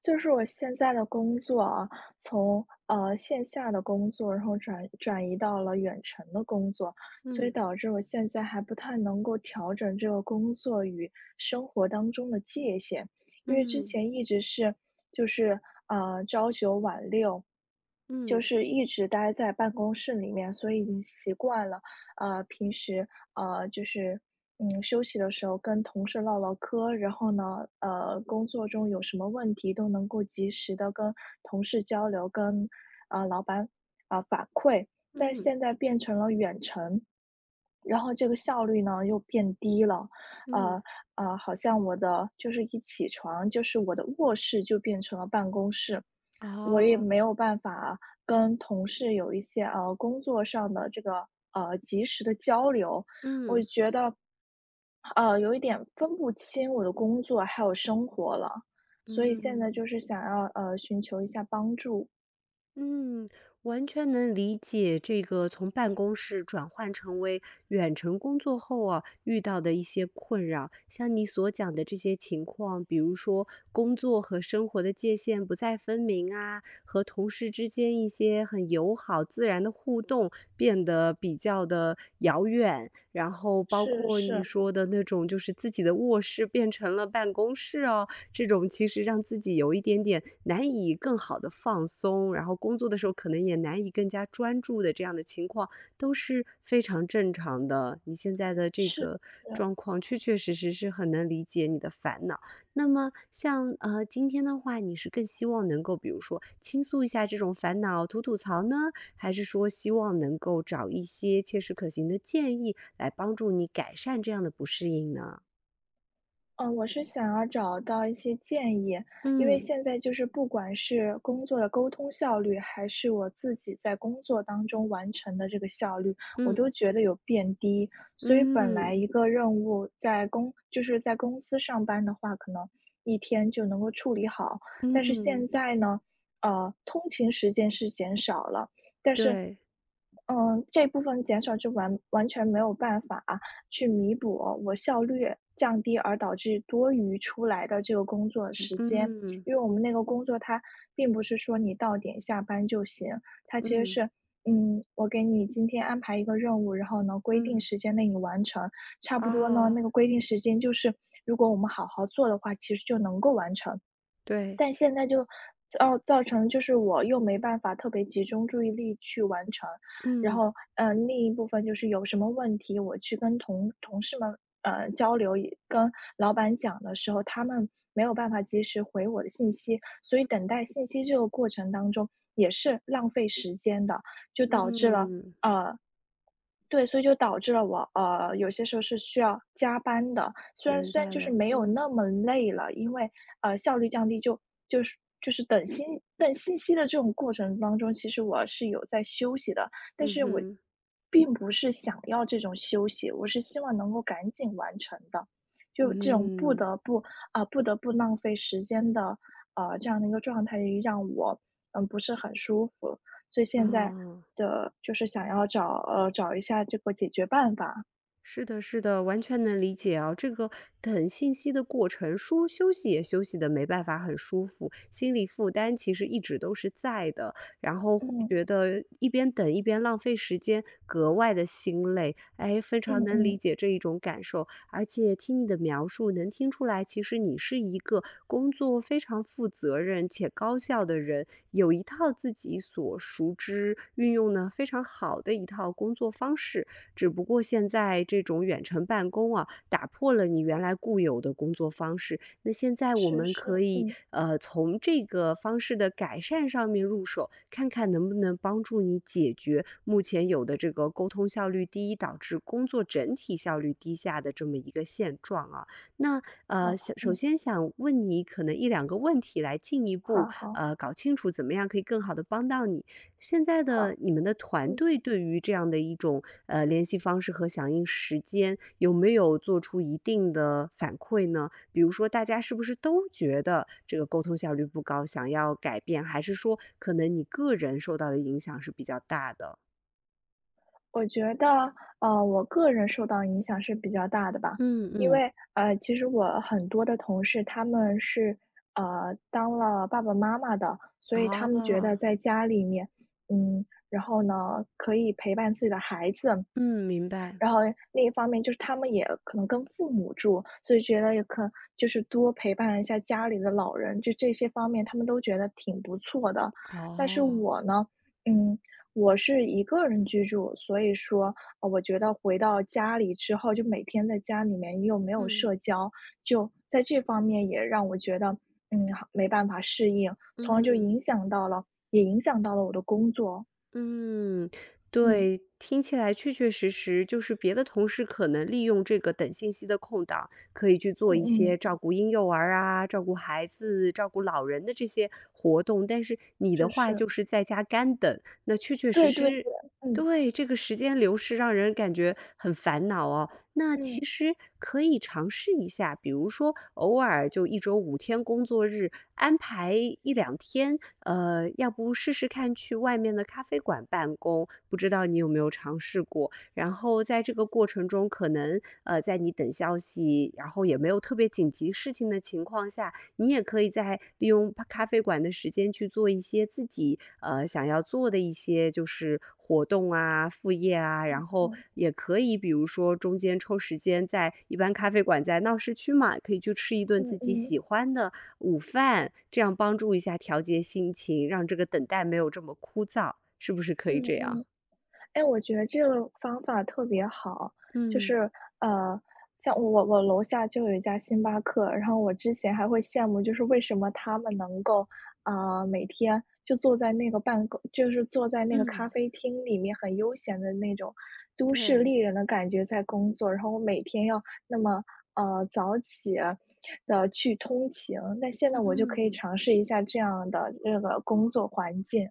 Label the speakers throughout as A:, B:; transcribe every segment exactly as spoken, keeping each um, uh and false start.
A: 就是我现在的工作啊，从呃线下的工作，然后转转移到了远程的工作，所以
B: 嗯
A: 导致我现在还不太能够调整这个工作与生活当中的界限，因为之
B: 嗯
A: 前一直是就是呃朝九晚六，就
B: 嗯
A: 是一直待在办公室里面，所以已经习惯了。呃，平时呃就是嗯休息的时候跟同事唠唠嗑，然后呢呃，工作中有什么问题都能够及时的跟同事交流，跟，啊呃老板，啊反馈。但是
B: 嗯
A: 现在变成了远程，然后这个效率呢又变低了。
B: 嗯，
A: 呃，呃，好像我的就是一起床，就是我的卧室就变成了办公室，我也没
B: 啊
A: 有办法跟同事有一些，呃，工作上的这个，呃，及时的交流。我
B: 嗯
A: 觉得呃，有一点分不清我的工作还有生活了，所以现在就
B: 嗯。
A: 是想要，呃，寻求一下帮助。
B: 嗯，完全能理解这个从办公室转换成为远程工作后啊，遇到的一些困扰。像你所讲的这些情况，比如说工作和生活的界限不再分明啊，和同事之间一些很友好自然的互动变得比较的遥远，然后包
A: 是
B: 括你
A: 是，
B: 说的那种，就是自己的卧室变成了办公室哦，这种其实让自己有一点点难以更好的放松，然后工作的时候可能也难以更加专注的这样的情况，都是非常正常的。你现在的这
A: 是
B: 个
A: 是。
B: 状况确确实实是很能理解你的烦恼。那么像，呃，今天的话，你是更希望能够比如说倾诉一下这种烦恼、吐吐槽呢？还是说希望能够找一些切实可行的建议来帮助你改善这样的不适应呢？
A: 嗯，我是想要找到一些建议，因为
B: 嗯，
A: 现在就是不管是工作的沟通效率，还是我自己在工作当中完成的这个效率，我都
B: 嗯，
A: 觉得有变低。所以本来
B: 嗯。
A: 一个任务在公就是在公司上班的话，可能一天就能够处理好，但是现
B: 嗯，
A: 在呢，呃，通勤时间是减少了，但是
B: 对，
A: 嗯，这部分减少就完完全没有办法去弥补我效率降低而导致多余出来的这个工作嗯时间。
B: 嗯，
A: 因为我们那个工作它并不是说你到点下班就行，它其实
B: 嗯，
A: 是，嗯，我给你今天安排一个任务，然后呢，规定
B: 嗯，
A: 时间内你完成，差不多呢，
B: 啊，
A: 那个规定时间就是如果我们好好做的话，其实就能够完成。
B: 对，
A: 但现在就造造成就是我又没办法特别集中注意力去完成，然
B: 嗯，
A: 后呃，嗯另一部分就是有什么问题，我去跟同同事们，呃，交流，也跟老板讲的时候，他们没有办法及时回我的信息，所以等待信息这个过程当中也是浪费时间的，就导致了，
B: 嗯，
A: 呃，对，所以就导致了我，呃，有些时候是需要加班的，虽然
B: 明
A: 虽然
B: 白
A: 就是
B: 了，
A: 没有
B: 嗯，
A: 那么累了，因为，呃，效率降低就就是就是等信等信息的这种过程当中，其实我是有在休息的，但
B: 嗯
A: 是我
B: 哼，
A: 并不是想要这种休息，我是希望能够赶紧完成的，就这种不
B: 嗯，
A: 得不啊、不得不浪费时间的，呃，这样的一个状态让我，嗯，不是很舒服。所以现在
B: 啊。
A: 的就是想要找呃，找一下这个解决办法。
B: 是的，是的，完全能理解啊。这个等信息的过程，舒休息也休息的没办法很舒服，心理负担其实一直都是在的，然后会
A: 嗯，
B: 觉得一边等一边浪费时间，格外的心累。哎，非常
A: 嗯
B: 能理
A: 嗯，
B: 解这一种感受，而且听你的描述，能听出来，其实你是一个工作非常负责任且高效的人，有一套自己所熟知、运用的非常好的一套工作方式。只不过现在这种远程办公啊，打破了你原来固有的工作方式。那现在我
A: 是
B: 们
A: 是，
B: 可以
A: 嗯，
B: 呃从这个方式的改善上面入手，看看能不能帮助你解决目前有的这个沟通效率低，导致工作整体效率低下的这么一个现状啊。那呃，
A: 好，
B: 想首
A: 嗯，
B: 先想问你可能一两个问题来进一
A: 好
B: 步
A: 好
B: 呃搞清楚怎么样可以更好的帮到你。现在的
A: 好，
B: 你们的团
A: 嗯。
B: 队对于这样的一种呃联系方式和响应时间，有没有做出一定的反馈呢？比如说，大家是不是都觉得这个沟通效率不高，想要改变，还是说可能你个人受到的影响是比较大的？
A: 我觉得，呃，我个人受到影响是比较大的吧，
B: 嗯
A: 因
B: 嗯，
A: 为，呃，其实我很多的同事他们是，呃，当了爸爸妈妈的，所以他们觉得
B: 哦，
A: 在家里面，嗯，然后呢，可以陪伴自己的孩子。
B: 嗯，明白，
A: 然后另一方面就是他们也可能跟父母住，所以觉得也可就是多陪伴一下家里的老人，就这些方面他们都觉得挺不错的。但是
B: 哦，
A: 我呢，嗯，我是一个人居住，所以说，呃我觉得回到家里之后，就每天在家里面又没有
B: 嗯
A: 社交，就在这方面也让我觉得，嗯，好没办法适应，从而就
B: 嗯。
A: 影响到了，也影响到了我的工作。
B: 嗯，
A: 嗯
B: 对，听起来确确实实就是别的同事可能利用这个等信息的空档，可以去做
A: 嗯
B: 一些
A: 嗯，
B: 照顾婴幼儿啊、照顾孩子、照顾老人的这些活动，但是你的
A: 是
B: 话
A: 是，
B: 就是在家干等，那确确实
A: 对对
B: 实，
A: 对，嗯。
B: 对，这个时间流逝让人感觉很烦恼哦。那其
A: 嗯
B: 实可以尝试一下，比如说偶尔就一周五天工作日安排一两天，呃，要不试试看去外面的咖啡馆办公，不知道你有没有尝试过？然后在这个过程中，可能，呃，在你等消息，然后也没有特别紧急事情的情况下，你也可以在利用咖啡馆的时间去做一些自己呃想要做的一些就是活动啊、副业啊，然后
A: 嗯
B: 也可以比如说中间抽时间在一般咖啡馆在闹市区嘛，可以去吃一顿
A: 嗯
B: 自己
A: 嗯
B: 喜欢的午饭，这样帮助一下调节心情，让这个等待没有这么枯燥，是不是可以
A: 嗯
B: 这样？
A: 嗯，哎，我觉得这个方法特别好，就
B: 嗯
A: 是呃，像我我楼下就有一家星巴克，然后我之前还会羡慕，就是为什么他们能够啊、每天就坐在那个办公，就是坐在那个咖
B: 嗯，
A: 啡厅里面很悠闲的那种都市
B: 对，
A: 丽人的感觉在工作，然后我每天要那么呃早起的去通勤，那现在我就可以
B: 嗯。
A: 尝试一下这样的这个工作环境。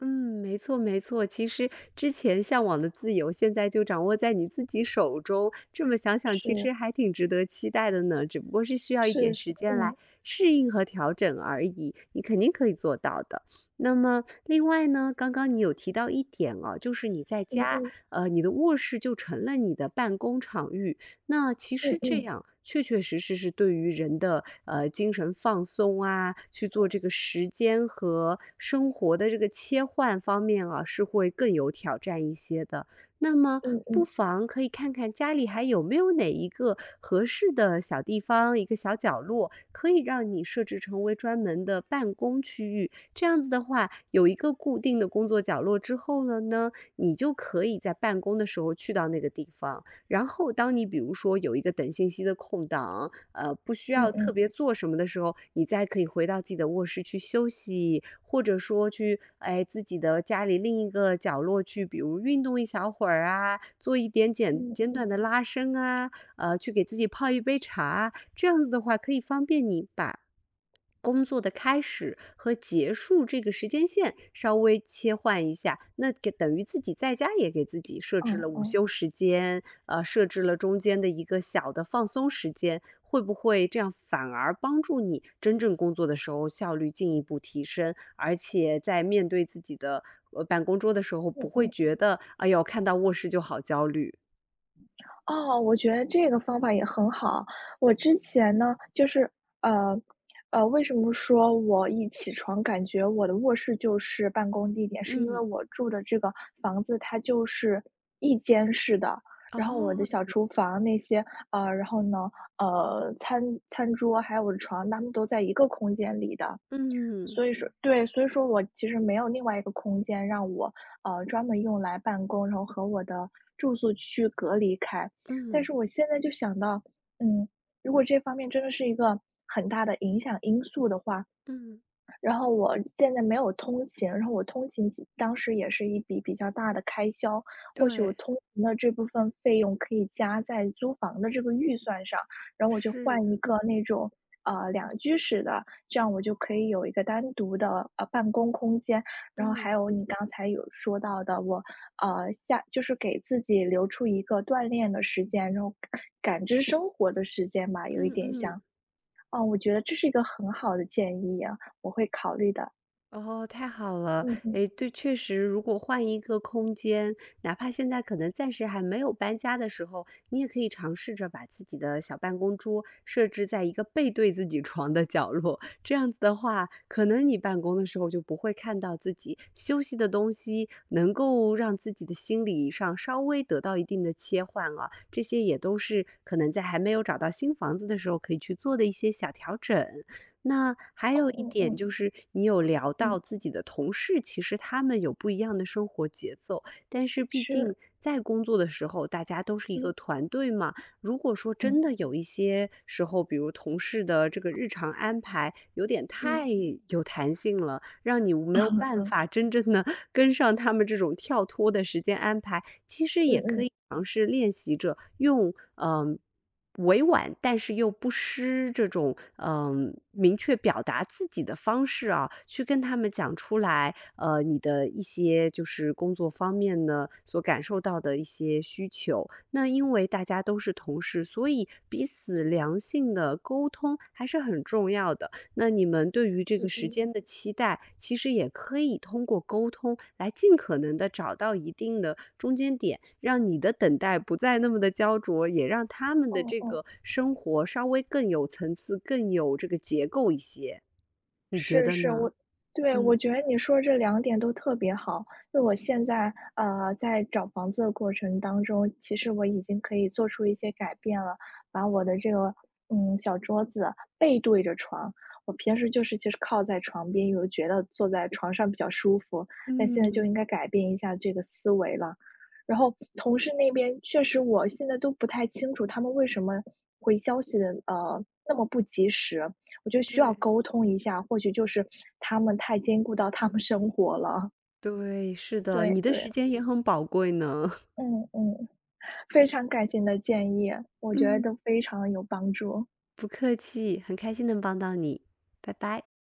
B: 嗯，没错没错。其实之前向往的自由，现在就掌握在你自己手中。这么想想，其实
A: 是，
B: 还挺值得期待的呢，只不过是需要一点
A: 是是，
B: 时间来
A: 嗯，
B: 适应和调整而已，你肯定可以做到的。那么另外呢，刚刚你有提到一点哦，就是你在
A: 嗯
B: 家，
A: 嗯，
B: 呃，你的卧室就成了你的办公场域，那其
A: 嗯
B: 实这
A: 嗯，
B: 样确确实实是对于人的呃精神放松啊，去做这个时间和生活的这个切换方面啊，是会更有挑战一些的。那么
A: 嗯
B: 不
A: 嗯，
B: 妨可以看看家里还有没有哪一个合适的小地方，一个小角落，可以让你设置成为专门的办公区域。这样子的话，有一个固定的工作角落之后了呢，你就可以在办公的时候去到那个地方。然后当你比如说有一个等信息的空档，呃，不需
A: 嗯
B: 要特
A: 嗯，
B: 别做什么的时候，你再可以回到自己的卧室去休息，或者说去哎自己的家里另一个角落去，比如运动一小会儿啊，做一点简
A: 嗯
B: 简
A: 嗯，
B: 短的拉伸啊，呃，去给自己泡一杯茶，这样子的话可以方便你把工作的开始和结束这个时间线稍微切换一下，那给等于自己在家也给自己设置
A: 哦
B: 了午
A: 哦，
B: 休时间，呃，设置了中间的一个小的放松时间，会不会这样反而帮助你真正工作的时候效率进一步提升，而且在面对自己的呃办公桌的时候，不
A: 嗯
B: 会
A: 嗯。
B: 觉得哎呦看到卧室就好焦虑？
A: 哦，我觉得这个方法也很好。我之前呢，就是呃，呃，为什么说我一起床感觉我的卧室就是办公地点，是因为
B: 嗯，
A: 我住的这个房子它就是一间式的，然后我的
B: 哦，
A: 小厨房那些，呃，然后呢，呃，餐餐桌还有我的床，它们都在一个空间里的。
B: 嗯
A: 所以说对，所以说我其实没有另外一个空间让我，呃，专门用来办公，然后和我的住宿区隔离开。但
B: 嗯
A: 是我现在就想到，嗯，如果这方面真的是一个很大的影响因素的话，
B: 嗯，
A: 然后我现在没有通勤，然后我通勤其当时也是一笔比较大的开销，或许我
B: 对，
A: 通勤的这部分费用可以加在租房的这个预算上，然后我就
B: 是，
A: 换一个那种，呃，两居室的，这样我就可以有一个单独的，呃，办公空间。然后还
B: 嗯
A: 有你刚才有说到的，我，呃，下就是给自己留出一个锻炼的时间，然后感知生活的时间吧，有一
B: 嗯
A: 点
B: 嗯。
A: 像。哦，我觉得这是一个很好的建议呀，我会考虑的。
B: 哦，太好了。
A: 嗯嗯，
B: 诶，对，确实，如果换一个空间，哪怕现在可能暂时还没有搬家的时候，你也可以尝试着把自己的小办公桌设置在一个背对自己床的角落。这样子的话，可能你办公的时候就不会看到自己休息的东西，能够让自己的心理上稍微得到一定的切换啊。这些也都是可能在还没有找到新房子的时候可以去做的一些小调整。那还
A: 嗯
B: 有一
A: 嗯
B: 点
A: 嗯
B: 就是，你有聊到
A: 嗯，
B: 自己的同事，其实他们有不一样的生活节奏，但是毕竟
A: 是，
B: 在工作的时候，大家都是一个
A: 嗯
B: 团队嘛。如果说真
A: 嗯
B: 的有一些时候，比如同事的这个日常安排有点
A: 嗯，
B: 太有弹性了，让你没有
A: 嗯
B: 办
A: 嗯
B: 法真正的 跟上他们这种跳脱的时间安排，其实
A: 嗯
B: 也
A: 嗯，
B: 可
A: 嗯
B: 以尝试练习着用嗯、呃委婉，但是又不失这种，嗯，明确表达自己的方式啊，去跟他们讲出来，呃，你的一些就是工作方面呢，所感受到的一些需求。那因为大家都是同事，所以彼此良性的沟通还是很重要的。那你们对于这个
A: 嗯，
B: 时
A: 嗯，
B: 间的期待，其实也可以通过沟通来尽可能的找到一定的中间点，让你的等待不再那么的焦灼，也让他们的
A: 哦
B: 这
A: 哦。
B: 个生活稍微更有层次、更有这个结构一些，你觉
A: 是
B: 得
A: 是，我
B: 呢？
A: 对，
B: 嗯。
A: 我觉得你说这两点都特别好。就我现在，呃，在找房子的过程当中，其实我已经可以做出一些改变了，把我的这个，嗯，小桌子背对着床。我平时就是就是靠在床边，有觉得坐在床上比较舒服，但现在就
B: 嗯，
A: 应该改变一下这个思维了。然后同事那边确实我现在都不太清楚他们为什么回消息的，呃，那么不及时。我觉得需要
B: 对。
A: 沟通一下，或许就是他们太兼顾到他们生活了。
B: 对，是的，
A: 对
B: 你的
A: 对，
B: 时间也很宝贵呢。
A: 嗯嗯，非常感谢你的建议，我 觉得
B: 嗯，
A: 都非常有帮助。
B: 不客气，很开心能帮到你，拜拜。